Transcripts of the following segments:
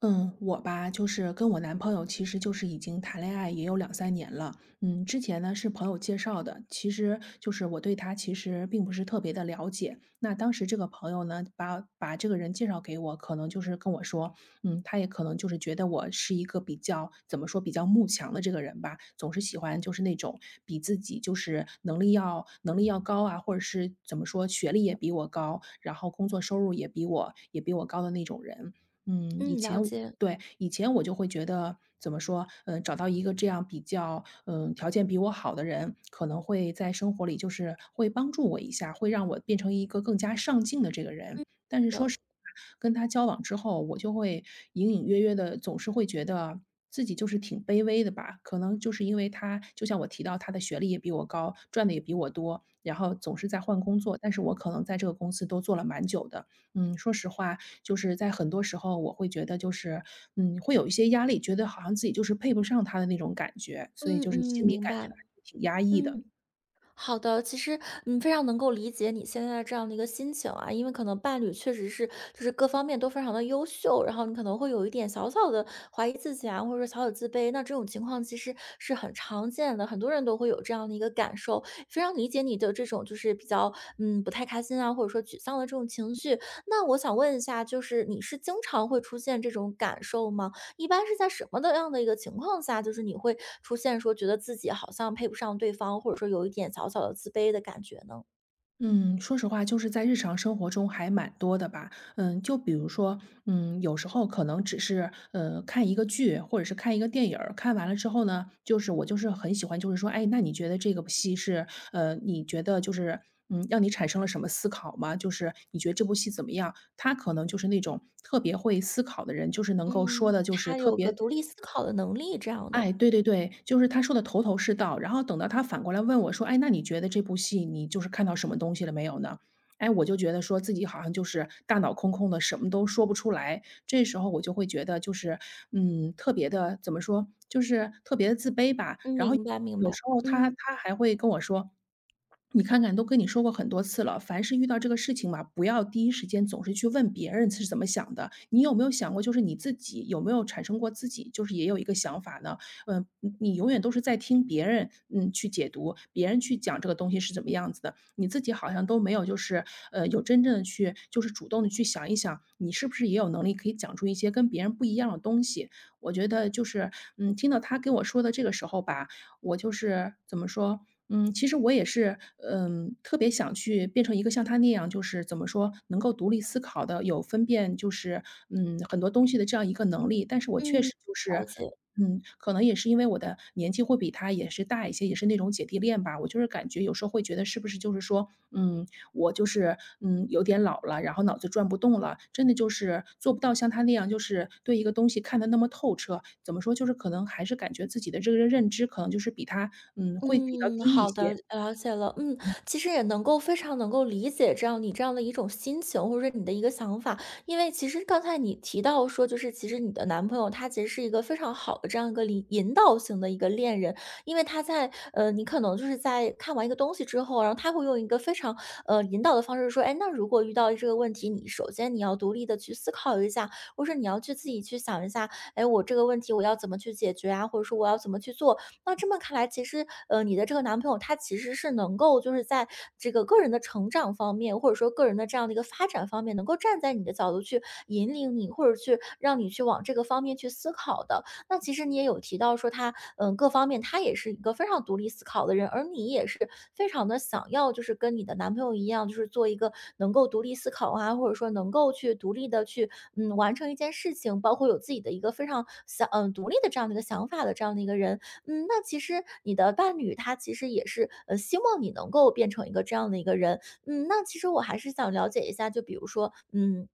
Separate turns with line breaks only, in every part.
嗯，我吧，就是跟我男朋友，其实就是已经谈恋爱也有两三年了。之前呢是朋友介绍的，其实就是我对他其实并不是特别的了解。那当时这个朋友呢，把这个人介绍给我，可能就是跟我说，他也可能就是觉得我是一个比较怎么说比较慕强的这个人吧，总是喜欢就是那种比自己就是能力要高啊，或者是怎么说学历也比我高，然后工作收入也比我高的那种人。嗯，以
嗯，了
前我
解，
对，以前我就会觉得怎么说，找到一个这样比较，条件比我好的人，可能会在生活里就是会帮助我一下，会让我变成一个更加上进的这个人。
是的，
跟他交往之后，我就会隐隐约约的，总是会觉得自己就是挺卑微的吧。可能就是因为他就像我提到他的学历也比我高，赚的也比我多，然后总是在换工作，但是我可能在这个公司都做了蛮久的。说实话，就是在很多时候我会觉得就是，会有一些压力，觉得好像自己就是配不上他的那种感觉，所以
嗯
就
嗯，
是心里
明
感觉
白，
还是挺压抑的。
嗯，好的，其实非常能够理解你现在这样的一个心情啊，因为可能伴侣确实是就是各方面都非常的优秀，然后你可能会有一点小小的怀疑自己啊，或者说小小自卑，那这种情况其实是很常见的，很多人都会有这样的一个感受，非常理解你的这种就是比较不太开心啊，或者说沮丧的这种情绪。那我想问一下，就是你是经常会出现这种感受吗？一般是在什么的样的一个情况下，就是你会出现说觉得自己好像配不上对方，或者说有一点小小的自卑的感觉呢？
嗯，说实话，就是在日常生活中还蛮多的吧。就比如说，有时候可能只是看一个剧，或者是看一个电影儿看完了之后呢，就是我就是很喜欢，就是说，哎，那你觉得这个戏是你觉得就是让你产生了什么思考吗？就是你觉得这部戏怎么样？他可能就是那种特别会思考的人，就是能够说
嗯，
的，就是
他
特
有个
别。
独立思考的能力这样
哎，
的，
对对对，就是他说的头头是道。然后等到他反过来问我说："哎，那你觉得这部戏你就是看到什么东西了没有呢？"哎，我就觉得说自己好像就是大脑空空的，什么都说不出来。这时候我就会觉得就是，特别的怎么说，就是特别的自卑吧。
嗯，
然后
明白明
有
白，
时候他
嗯
他还会跟我说："你看看，都跟你说过很多次了，凡是遇到这个事情嘛，不要第一时间总是去问别人是怎么想的，你有没有想过就是你自己有没有产生过自己就是也有一个想法呢？"嗯，你永远都是在听别人，去解读，别人去讲这个东西是怎么样子的，你自己好像都没有，就是有真正的去，就是主动的去想一想，你是不是也有能力可以讲出一些跟别人不一样的东西。我觉得就是，听到他跟我说的这个时候吧，我就是怎么说？其实我也是，特别想去变成一个像他那样，就是怎么说，能够独立思考的，有分辨，就是很多东西的这样一个能力。但是我确
嗯，
实就
了
是
解。
可能也是因为我的年纪会比他也是大一些，也是那种姐弟恋吧。我就是感觉有时候会觉得是不是就是说，我就是有点老了，然后脑子转不动了，真的就是做不到像他那样，就是对一个东西看得那么透彻。怎么说，就是可能还是感觉自己的这个认知可能就是比他会比较
嗯，
低一
好的，
些。
了解了。嗯，其实也能够非常能够理解这样你这样的一种心情，或者说你的一个想法。因为其实刚才你提到说，就是其实你的男朋友他其实是一个非常好的这样一个引导型的一个恋人，因为他在你可能就是在看完一个东西之后，然后他会用一个非常引导的方式说，哎，那如果遇到这个问题，你首先你要独立的去思考一下，或者你要去自己去想一下，哎，我这个问题我要怎么去解决啊，或者说我要怎么去做，那这么看来，其实，你的这个男朋友他其实是能够就是在这个个人的成长方面，或者说个人的这样的一个发展方面，能够站在你的角度去引领你，或者去让你去往这个方面去思考的。那其实你也有提到说他，各方面他也是一个非常独立思考的人，而你也是非常的想要，就是跟你的男朋友一样，就是做一个能够独立思考啊，或者说能够去独立的去，完成一件事情，包括有自己的一个非常想，独立的这样的一个想法的这样的一个人。那其实你的伴侣他其实也是，希望你能够变成一个这样的一个人。那其实我还是想了解一下，就比如说，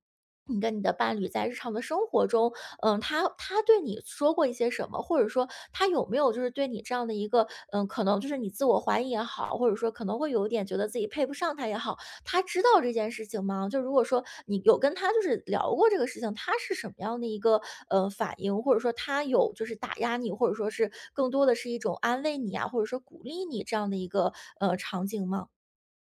你跟你的伴侣在日常的生活中，他对你说过一些什么？或者说他有没有就是对你这样的一个，可能就是你自我怀疑也好，或者说可能会有一点觉得自己配不上他也好，他知道这件事情吗？就如果说你有跟他就是聊过这个事情，他是什么样的一个反应，或者说他有就是打压你，或者说是更多的是一种安慰你啊，或者说鼓励你这样的一个场景吗？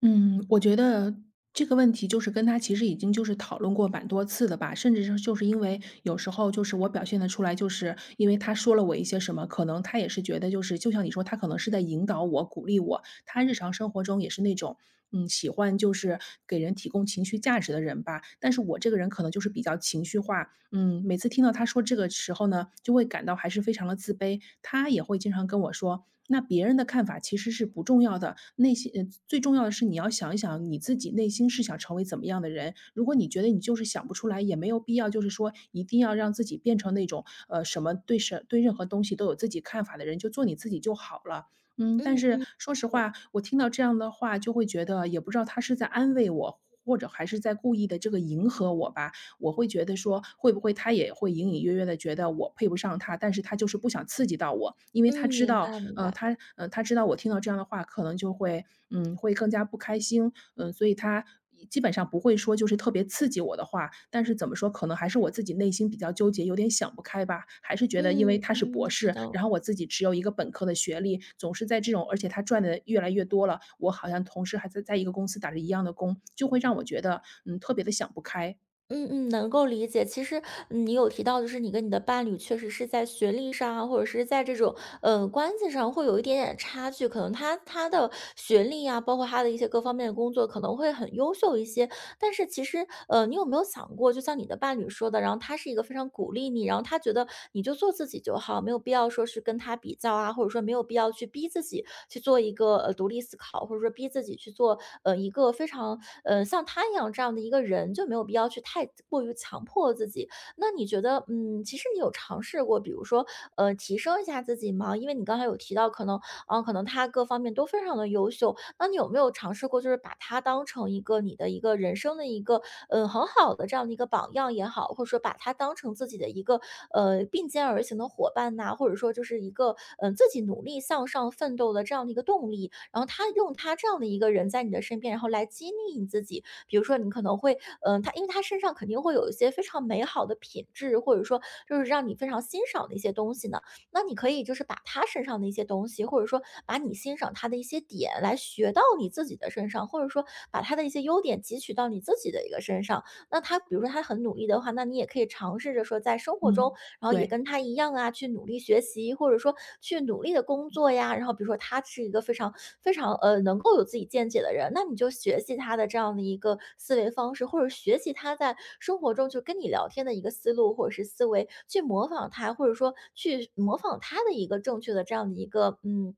嗯，我觉得这个问题就是跟他其实已经就是讨论过蛮多次的吧，甚至是就是因为有时候就是我表现得出来，就是因为他说了我一些什么，可能他也是觉得就是就像你说，他可能是在引导我、鼓励我。他日常生活中也是那种，喜欢就是给人提供情绪价值的人吧。但是我这个人可能就是比较情绪化，每次听到他说这个时候呢，就会感到还是非常的自卑。他也会经常跟我说，那别人的看法其实是不重要的，内心最重要的是你要想一想你自己内心是想成为怎么样的人。如果你觉得你就是想不出来，也没有必要就是说一定要让自己变成那种，呃，什么对什对任何东西都有自己看法的人，就做你自己就好了。但
嗯
是
嗯
说实话，我听到这样的话就会觉得，也不知道他是在安慰我，或者还是在故意的这个迎合我吧。我会觉得说，会不会他也会隐隐约约的觉得我配不上他，但是他就是不想刺激到我。因为他
嗯，
知
明
道，
白明白，
他知道我听到这样的话，可能就会会更加不开心，所以他基本上不会说就是特别刺激我的话。但是怎么说，可能还是我自己内心比较纠结，有点想不开吧。还是觉得因为
嗯
他是博
嗯，是
士，
的。
然后我自己只有一个本科的学历，总是在这种而且他赚的越来越多了，我好像同时还在一个公司打着一样的工，就会让我觉得，特别的想不开。
嗯嗯，能够理解。其实，你有提到，就是你跟你的伴侣确实是在学历上啊，或者是在这种关系上会有一点点差距。可能他的学历啊，包括他的一些各方面的工作，可能会很优秀一些。但是其实，你有没有想过，就像你的伴侣说的，然后他是一个非常鼓励你，然后他觉得你就做自己就好，没有必要说是跟他比较啊，或者说没有必要去逼自己去做一个独立思考，或者说逼自己去做一个非常像他一样这样的一个人，就没有必要去太过于强迫自己。那你觉得，其实你有尝试过，比如说，提升一下自己吗？因为你刚才有提到，可能，可能他各方面都非常的优秀，那你有没有尝试过，就是把他当成一个你的一个人生的一个，很好的这样的一个榜样也好，或者说把他当成自己的一个，并肩而行的伙伴呐、或者说就是一个，自己努力向上奋斗的这样的一个动力。然后他用他这样的一个人在你的身边，然后来激励你自己。比如说，你可能会，他因为他身上肯定会有一些非常美好的品质，或者说就是让你非常欣赏的一些东西呢。那你可以就是把他身上的一些东西，或者说把你欣赏他的一些点来学到你自己的身上，或者说把他的一些优点汲取到你自己的一个身上。那他比如说他很努力的话，那你也可以尝试着说在生活中
嗯，
然后也
对。
跟他一样啊，去努力学习，或者说去努力的工作呀。然后比如说他是一个非常非常能够有自己见解的人，那你就学习他的这样的一个思维方式，或者学习他在生活中就跟你聊天的一个思路或者是思维，去模仿他，或者说去模仿他的一个正确的这样的一个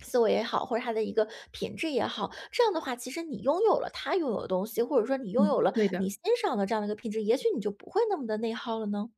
思维也好，或者他的一个品质也好，这样的话，其实你拥有了他拥有的东西，或者说你拥有
嗯，
了
对
你
的。
欣赏的这样的一个品质，也许你就不会那么的内耗了呢。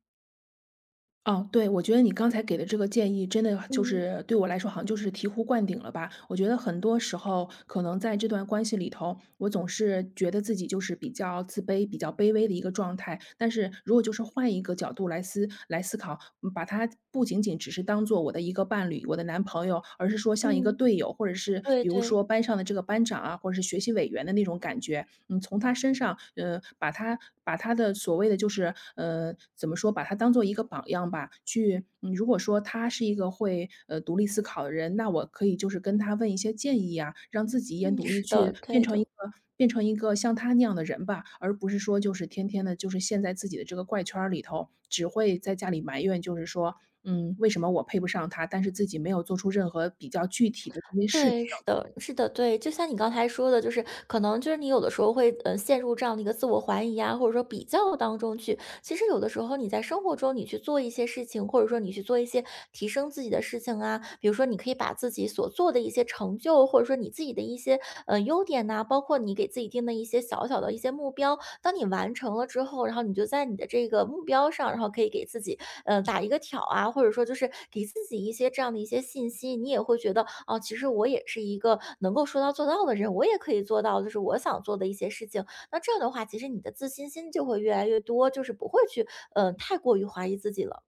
哦，对，我觉得你刚才给的这个建议真的就
嗯
是对我来说好像就是醍醐灌顶了吧。我觉得很多时候可能在这段关系里头，我总是觉得自己就是比较自卑、比较卑微的一个状态。但是如果就是换一个角度来思考，把他不仅仅只是当做我的一个伴侣、我的男朋友，而是说像一个
嗯，
队友，或者是
对
比如
对，
说班上的这个班长啊，或者是学习委员的那种感觉，从他身上，把他的所谓的就是，怎么说，把他当做一个榜样吧，去，如果说他是一个会，独立思考的人，那我可以就是跟他问一些建议啊，让自己也
嗯，
努力
是
去
的，
变
对
成一
的，
个变成一个像他那样的人吧，而不是说就是天天的，就是陷在自己的这个怪圈儿里头，只会在家里埋怨，就是说，为什么我配不上他，但是自己没有做出任何比较具体的这些事
对，
情。
是的，是的，对，就像你刚才说的，就是可能就是你有的时候会陷入这样的一个自我怀疑啊，或者说比较当中去，其实有的时候你在生活中，你去做一些事情，或者说你去做一些提升自己的事情啊，比如说你可以把自己所做的一些成就，或者说你自己的一些优点呐、包括你给自己定的一些小小的一些目标，当你完成了之后，然后你就在你的这个目标上，然后可以给自己打一个挑啊，或者说就是给自己一些这样的一些信息，你也会觉得哦，其实我也是一个能够说到做到的人，我也可以做到，就是我想做的一些事情。那这样的话，其实你的自信心就会越来越多，就是不会去，太过于怀疑自己了。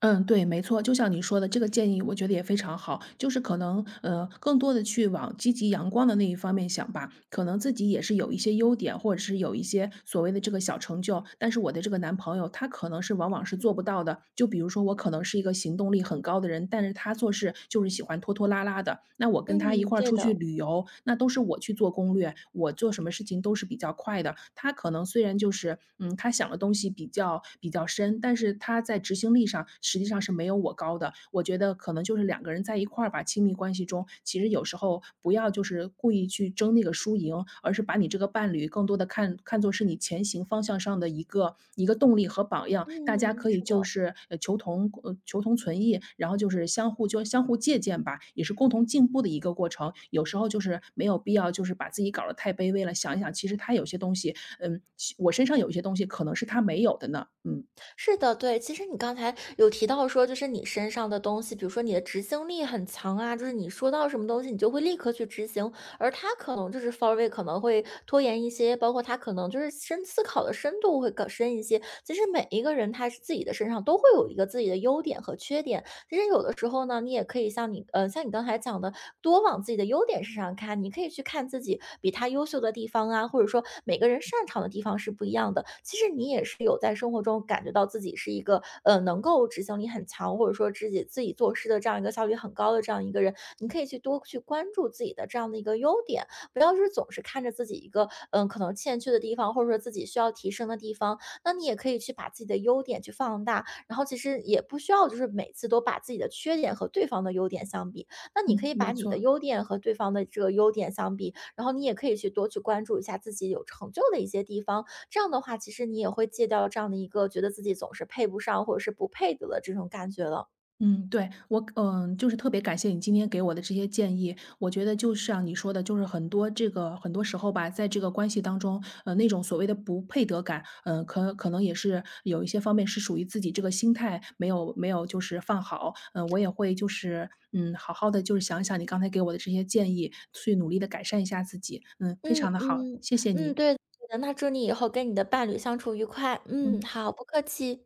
嗯，对，没错，就像你说的，这个建议我觉得也非常好。就是可能，更多的去往积极阳光的那一方面想吧。可能自己也是有一些优点，或者是有一些所谓的这个小成就，但是我的这个男朋友他可能是往往是做不到的。就比如说，我可能是一个行动力很高的人，但是他做事就是喜欢拖拖拉拉的。那我跟他一
嗯，
块儿
对
出去
的。
旅游，那都是我去做攻略，我做什么事情都是比较快的。他可能虽然就是，他想的东西比较深，但是他在执行力上实际上是没有我高的。我觉得可能就是两个人在一块儿吧，亲密关系中，其实有时候不要就是故意去争那个输赢，而是把你这个伴侣更多的看作是你前行方向上的一个动力和榜样。大家
嗯，
可以
是
就
的，
是求同存异，然后就是相互借鉴吧，也是共同进步的一个过程。有时候就是没有必要就是把自己搞得太卑微了，想一想，其实他有些东西嗯，其我身上有一些东西可能是他没有的呢，嗯。
是的，对。其实你刚才有提到说，就是你身上的东西，比如说你的执行力很强啊，就是你说到什么东西，你就会立刻去执行。而他可能就是 forward 可能会拖延一些，包括他可能就是深思考的深度会更深一些。其实每一个人他是自己的身上都会有一个自己的优点和缺点，其实有的时候呢，你也可以像你刚才讲的，多往自己的优点身上看，你可以去看自己比他优秀的地方啊，或者说每个人擅长的地方是不一样的。其实你也是有在生活中感觉到自己是一个能够执行力很强，或者说自己做事的这样一个效率很高的这样一个人，你可以去多去关注自己的这样的一个优点，不要是总是看着自己一个可能欠缺的地方，或者说自己需要提升的地方，那你也可以去把自己的优点去放大，然后其实也不需要就是每次都把自己的缺点和对方的优点相比，那你可
嗯，
以
没
把你的
错。
优点和对方的这个优点相比，然后你也可以去多去关注一下自己有成就的一些地方，这样的话，其实你也会戒掉这样的一个觉得自己总是配不上或者是不配得的这种感觉了。
嗯，对，我就是特别感谢你今天给我的这些建议。我觉得就像你说的，就是很多时候吧，在这个关系当中，那种所谓的不配得感，可能也是有一些方面是属于自己这个心态没有就是放好。我也会就是好好的就是想一想你刚才给我的这些建议，去努力的改善一下自己。嗯，非
嗯
常的好，
嗯
谢谢
嗯，
你。
对的，对的那祝你以后跟你的伴侣相处愉快。嗯，
嗯。
好，不客气。